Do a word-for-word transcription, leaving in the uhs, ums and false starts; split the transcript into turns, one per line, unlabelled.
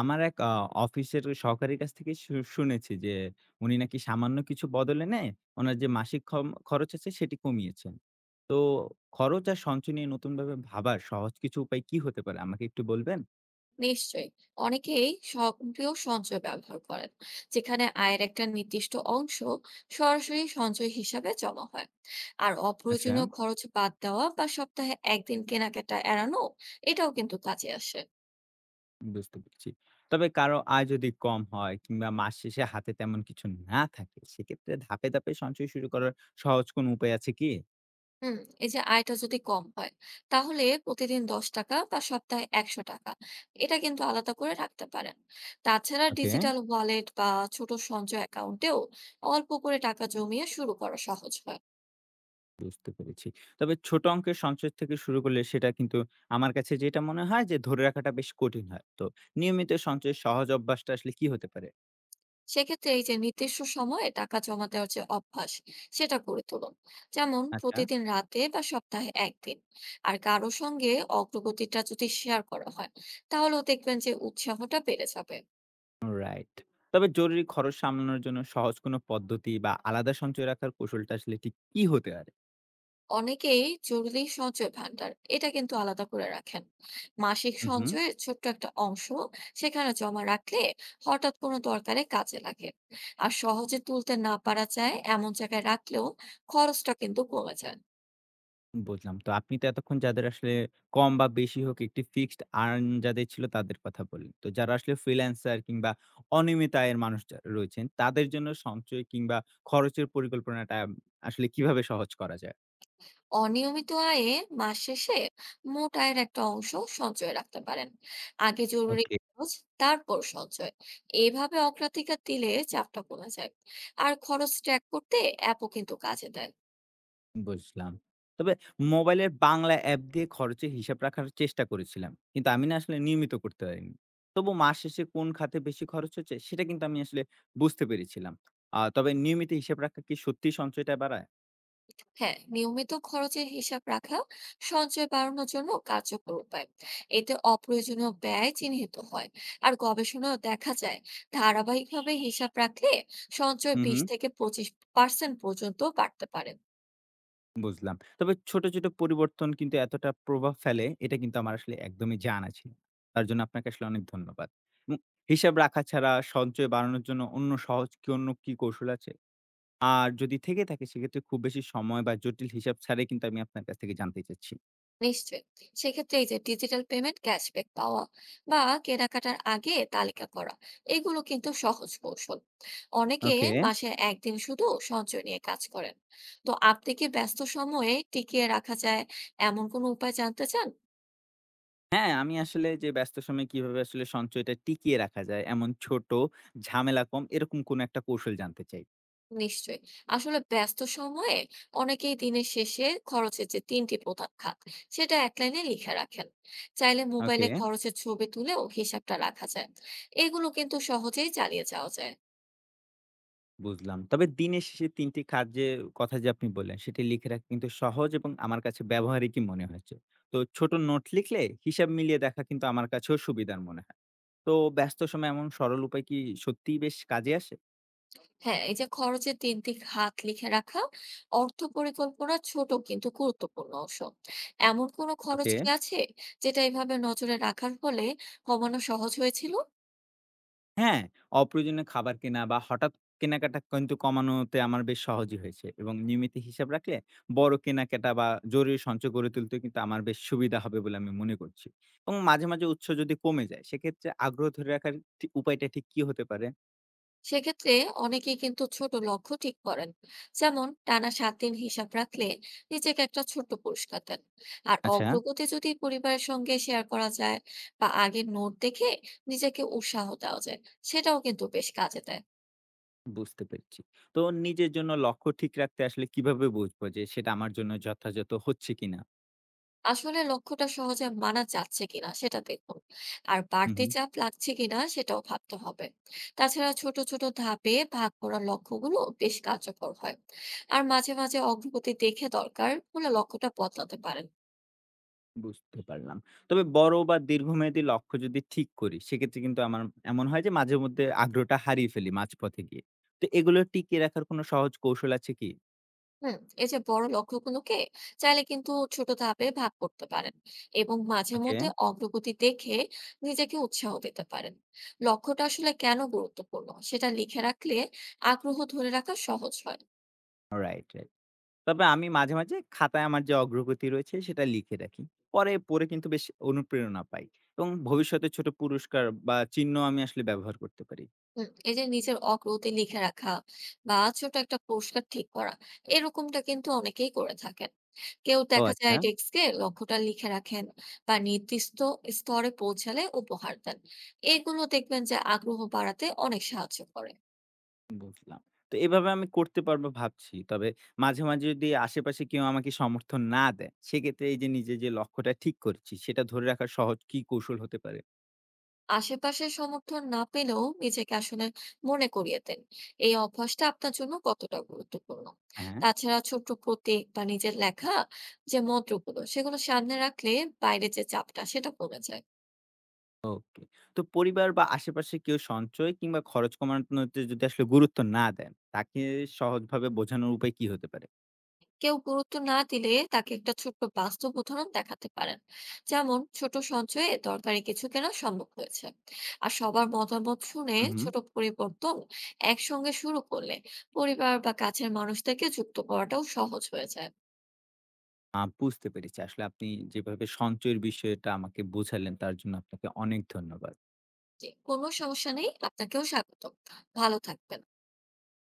আমার এক আ অফিসের সহকারীর কাছ থেকে শু শুনেছি যে, উনি নাকি সামান্য কিছু বদল এনে ওনার যে মাসিক খম খরচ আছে সেটি কমিয়েছেন। তো খরচ আর সঞ্চয় নিয়ে নতুনভাবে ভাবার সহজ কিছু উপায় কি হতে পারে? আমাকে একটু বলবেন?
নিশ্চয়ই। অনেকেই সক্রিয় সঞ্চয় ব্যবহার করেন, যেখানে আয়ের একটা নির্দিষ্ট অংশ সরাসরি সঞ্চয় হিসাবে জমা হয়। আর
আচ্ছা।
অপ্রয়োজনীয় খরচ বাদ দেওয়া বা সপ্তাহে একদিন কেনাকাটা এড়ানো, এটাও কিন্তু কাজে আসে।
বুঝতে পেরেছি। তবে কারো আয় যদি কম হয় কিংবা মাস শেষে হাতে তেমন কিছু না থাকে, সেক্ষেত্রে ধাপে, ধাপে সঞ্চয় শুরু করার সহজ কোনো উপায় আছে কি?
হুম এই যে আয়টা যদি কম হয়, তাহলে প্রতিদিন দশ টাকা বা সপ্তাহে একশো টাকা, এটা কিন্তু আলাদা করে রাখতে পারেন। তাছাড়া
ওকে।
ডিজিটাল ওয়ালেট বা ছোট সঞ্চয় অ্যাকাউন্টেও অল্প করে টাকা জমিয়ে শুরু করা সহজ হয়।
বুঝতে পেরেছি। তবে ছোট অঙ্কের সঞ্চয় থেকে শুরু করলে সেটা কিন্তু আমার কাছে যেটা মনে হয় যে ধরে রাখাটা বেশ কঠিন হয়। তো নিয়মিত সঞ্চয়ের সহজ অভ্যাসটা আসলে কি হতে পারে?
সেক্ষেত্রে এই যে নির্দিষ্ট সময়ে টাকা জমা দেওয়ার যে অভ্যাস, সেটা গড়ে তুলুন। যেমন
আচ্ছা,
প্রতিদিন রাতে বা সপ্তাহে একদিন। আর কারো সঙ্গে অগ্রগতিটা যদি শেয়ার করা হয়, তাহলেও দেখবেন যে উৎসাহটা বেড়ে যাবে।
রাইট। তবে জরুরি খরচ সামলানোর জন্য সহজ কোনো পদ্ধতি বা আলাদা সঞ্চয় রাখার কৌশলটা আসলে ঠিক কি হতে পারে?
অনেকেই জরুরি সঞ্চয় ভান্ডার এটা কিন্তু আলাদা করে রাখেন। মাসিক
উহু।
সঞ্চয়ের ছোট্ট একটা অংশ সেখানে জমা রাখলে হঠাৎ কোনো দরকারে কাজে লাগে। আর সহজে তুলতে না পারা যায় এমন জায়গায় রাখলেও খরচটা কিন্তু কমে যায়।
বুঝলাম। তো আপনি তো এতক্ষণ যাদের আসলে কম বা বেশি হোক একটি ফিক্সড আর্ন যাদের ছিল তাদের কথা বললেন। তো যারা আসলে ফ্রিল্যান্সার কিংবা অনিয়মিত আয়ের মানুষ যা রয়েছেন তাদের জন্য সঞ্চয় কিংবা খরচের পরিকল্পনাটা আসলে কিভাবে সহজ করা যায়?
অনিয়মিত আয়ে মাস শেষে মোট আয়ের একটা অংশ সঞ্চয় রাখতে পারেন। আগে জরুরি
ওকে।
খরচ, তারপর সঞ্চয়। এইভাবে অগ্রাধিকার দিলে চাপটা কমে যায়। আর খরচ ট্র্যাক করতে অ্যাপও কিন্তু কাজে দেয়।
বুঝলাম। তবে মোবাইলের বাংলা অ্যাপ দিয়ে খরচের হিসাব রাখার চেষ্টা করেছিলাম। কিন্তু আমি না আসলে নিয়মিত করতে পারিনি। তবু মাস শেষে কোন খাতে বেশি খরচ হচ্ছে সেটা কিন্তু আমি আসলে বুঝতে পেরেছিলাম। আ তবে নিয়মিত হিসাব রাখা কি সত্যিই সঞ্চয়টা বাড়ায়?
হ্যাঁ, নিয়মিত খরচের হিসাব রাখা সঞ্চয় বাড়ানোর জন্য কার্যকর উপায়। এতে অপ্রয়োজনীয় ব্যয় চিহ্নিত হয়। আর গবেষণাও দেখা যায়, ধারাবাহিকভাবে হিসাব রাখলে সঞ্চয়
হু, হু।
বিশ থেকে পঁচিশ পার্সেন্ট পর্যন্ত বাড়তে পারে।
বুঝলাম। তবে ছোট, ছোট পরিবর্তন কিন্তু এতটা প্রভাব ফেলে, এটা কিন্তু আমার আসলে একদমই জানা ছিল না। তার জন্য আপনাকে আসলে অনেক ধন্যবাদ। এবং হিসাব রাখা ছাড়া সঞ্চয় বাড়ানোর জন্য অন্য সহজ কি অন্য কি কৌশল আছে? আর যদি থেকে থাকে সেক্ষেত্রে খুব বেশি সময় বা জটিল হিসাব ছাড়াই কিন্তু আমি আপনার কাছ থেকে জানতে চাচ্ছি।
নিশ্চয়ই। সেক্ষেত্রে এই যে ডিজিটাল পেমেন্ট, ক্যাশব্যাক পাওয়া বা কেনাকাটার আগে তালিকা করা, এগুলো কিন্তু সহজ কৌশল। অনেকে
ওকে।
মাসে একদিন শুধু সঞ্চয় নিয়ে কাজ করেন। তো আপনি কি ব্যস্ত সময়ে টিকিয়ে রাখা যায় এমন কোনো উপায় জানতে চান?
হ্যাঁ, আমি আসলে যে ব্যস্ত সময়ে কিভাবে আসলে সঞ্চয়টা টিকিয়ে রাখা যায় এমন ছোট, ঝামেলা কম এরকম কোনো একটা কৌশল জানতে চাই।
নিশ্চয়ই। আসলে ব্যস্ত সময়ে অনেকেই দিনের শেষে খরচের যে তিনটি প্রধান খাত সেটা এক লাইনে লিখে রাখেন। চাইলে মোবাইলে
ওকে।
খরচের ছবি তুলেও হিসাবটা রাখা যায়। এগুলো কিন্তু সহজেই চালিয়ে যাওয়া যায়।
বুঝলাম। তবে দিনের শেষে তিন টি কাজের কথা যে আপনি বললেন, সেটি লিখে রাখা কিন্তু সহজ এবং আমার কাছে ব্যবহারিকই মনে হয়েছে। তো ছোট নোট লিখলে হিসাব মিলিয়ে দেখা কিন্তু আমার কাছেও সুবিধার মনে হয়। তো ব্যস্ত সময়ে এমন সরল উপায় কি সত্যিই বেশ কাজে আসে?
হ্যাঁ, এই যে খরচের তিন দিক হাত লিখে রাখা অর্থ পরিকল্পনা ছোট কিন্তু গুরুত্বপূর্ণ অংশ। এমন কোনো খরচ
ওকে।
কি আছে যেটা এভাবে নজরে রাখার ফলে কমানো সহজ হয়েছিল?
হ্যাঁ, অপ্রয়োজনীয় খাবার কেনা বা হঠাৎ কেনাকাটা কিন্তু কমানোতে আমার বেশ সহজই হয়েছে এবং নিয়মিত হিসাব রাখলে বড় কেনাকাটা বা জরুরি সঞ্চয় গড়ে তুলতে কিন্তু আমার বেশ সুবিধা হবে বলে আমি মনে করছি। এবং মাঝে, মাঝে উৎস যদি কমে যায় সেক্ষেত্রে আগ্রহ ধরে রাখার ঠিক উপায়টা ঠিক কি হতে পারে?
সেক্ষেত্রে অনেকেই কিন্তু ছোট লক্ষ্য ঠিক করেন। যেমন টানা সাত দিন হিসাব রাখলে নিজেকে একটা ছোট্ট পুরস্কার দেন। আর
আচ্ছা,
অগ্রগতি যদি পরিবারের সঙ্গে শেয়ার করা যায় বা আগের নোট দেখে নিজেকে উৎসাহ দেওয়া যায়, সেটাও কিন্তু বেশ কাজে দেয়।
বুঝতে পেরেছি। তো নিজের জন্য লক্ষ্য ঠিক রাখতে আসলে কিভাবে বুঝবো যে সেটা আমার জন্য যথাযথ হচ্ছে কিনা?
আসলে লক্ষ্যটা সহজে মানা যাচ্ছে কিনা সেটা দেখুন। আর
হু,
বাড়তি
হু।
চাপ লাগছে কিনা সেটাও ভাবতে হবে। তাছাড়া ছোট ছোট ধাপে ভাগ করা লক্ষ্যগুলো বেশ কার্যকর হয়। আর মাঝে মাঝে অগ্রগতি দেখে দরকার হলে লক্ষ্যটা বদলাতে পারেন।
বুঝতে পারলাম। তবে বড় বা দীর্ঘমেয়াদী লক্ষ্য যদি ঠিক করি, সেক্ষেত্রে কিন্তু আমার এমন হয় যে মাঝেমধ্যে আগ্রহটা হারিয়ে ফেলি মাঝপথে গিয়ে। তো এগুলো টিকিয়ে রাখার কোনো সহজ কৌশল আছে কি?
হুম এই যে বড় লক্ষ্যগুলোকে চাইলে কিন্তু ছোট ধাপে ভাগ করতে পারেন। এবং মাঝে
ওকে।
মধ্যে অগ্রগতি দেখে নিজেকে উৎসাহ দিতে পারেন। লক্ষ্যটা আসলে কেন গুরুত্বপূর্ণ সেটা লিখে রাখলে আগ্রহ ধরে রাখা সহজ হয়।
Right, right. তবে আমি মাঝে, মাঝে খাতায় আমার যে অগ্রগতি রয়েছে সেটা লিখে রাখি। পরে পড়ে কিন্তু বেশ অনুপ্রেরণা পাই এবং ভবিষ্যতে ছোট পুরস্কার বা চিহ্ন আমি আসলে ব্যবহার করতে পারি।
হুম, এই যে নিজের অগ্রগতি লিখে রাখা বা ছোট একটা পুরস্কার ঠিক করা, এরকমটা কিন্তু অনেকেই করে থাকেন। কেউ
ও
দেখা
আচ্ছা।
যায় ডেস্কে লক্ষ্যটা লিখে রাখেন বা নির্দিষ্ট স্তরে পৌঁছালে উপহার দেন। এগুলো দেখবেন যে আগ্রহ বাড়াতে অনেক সাহায্য করে।
বুঝলাম। তো এভাবে আমি করতে পারবো ভাবছি। তবে মাঝে, মাঝে যদি আশেপাশে কেউ আমাকে সমর্থন না দেয়, সেক্ষেত্রে এই যে নিজের যে লক্ষ্যটা ঠিক করেছি, সেটা ধরে রাখার সহজ কি কৌশল হতে পারে?
আশেপাশে সমর্থন না পেলেও নিজেকে আসলে মনে করিয়ে দেন এই অভ্যাসটা আপনার জন্য কতটা গুরুত্বপূর্ণ।
হ্যাঁ।
তাছাড়া ছোট প্রতীক বা নিজের লেখা যে মন্ত্রগুলো সেগুলো সামনে রাখলে বাইরে যে চাপটা সেটা কমে যায়।
ওকে। তো পরিবার বা আশেপাশে কেউ সঞ্চয় কিংবা খরচ কমানোতে যদি আসলে গুরুত্ব না দেন, তাকে সহজভাবে বোঝানোর উপায় কি হতে পারে?
কেউ গুরুত্ব না দিলে তাকে একটা ছোট্ট বাস্তব উদাহরণ দেখাতে পারেন, যেমন ছোট সঞ্চয়ে দরকারি কিছু কেনা সম্ভব হয়েছে। আর সবার মতামত শুনে
হু, হু।
ছোট পরিবর্তন একসঙ্গে শুরু করলে পরিবার বা কাছের মানুষদেরকে যুক্ত করাটাও সহজ হয়ে যায়।
আ বুঝতে পেরেছি। আসলে আপনি যেভাবে সঞ্চয়ের বিষয়টা আমাকে বোঝালেন, তার জন্য আপনাকে অনেক ধন্যবাদ।
জি, কোনো সমস্যা নেই। আপনাকেও স্বাগত। ভালো থাকবেন।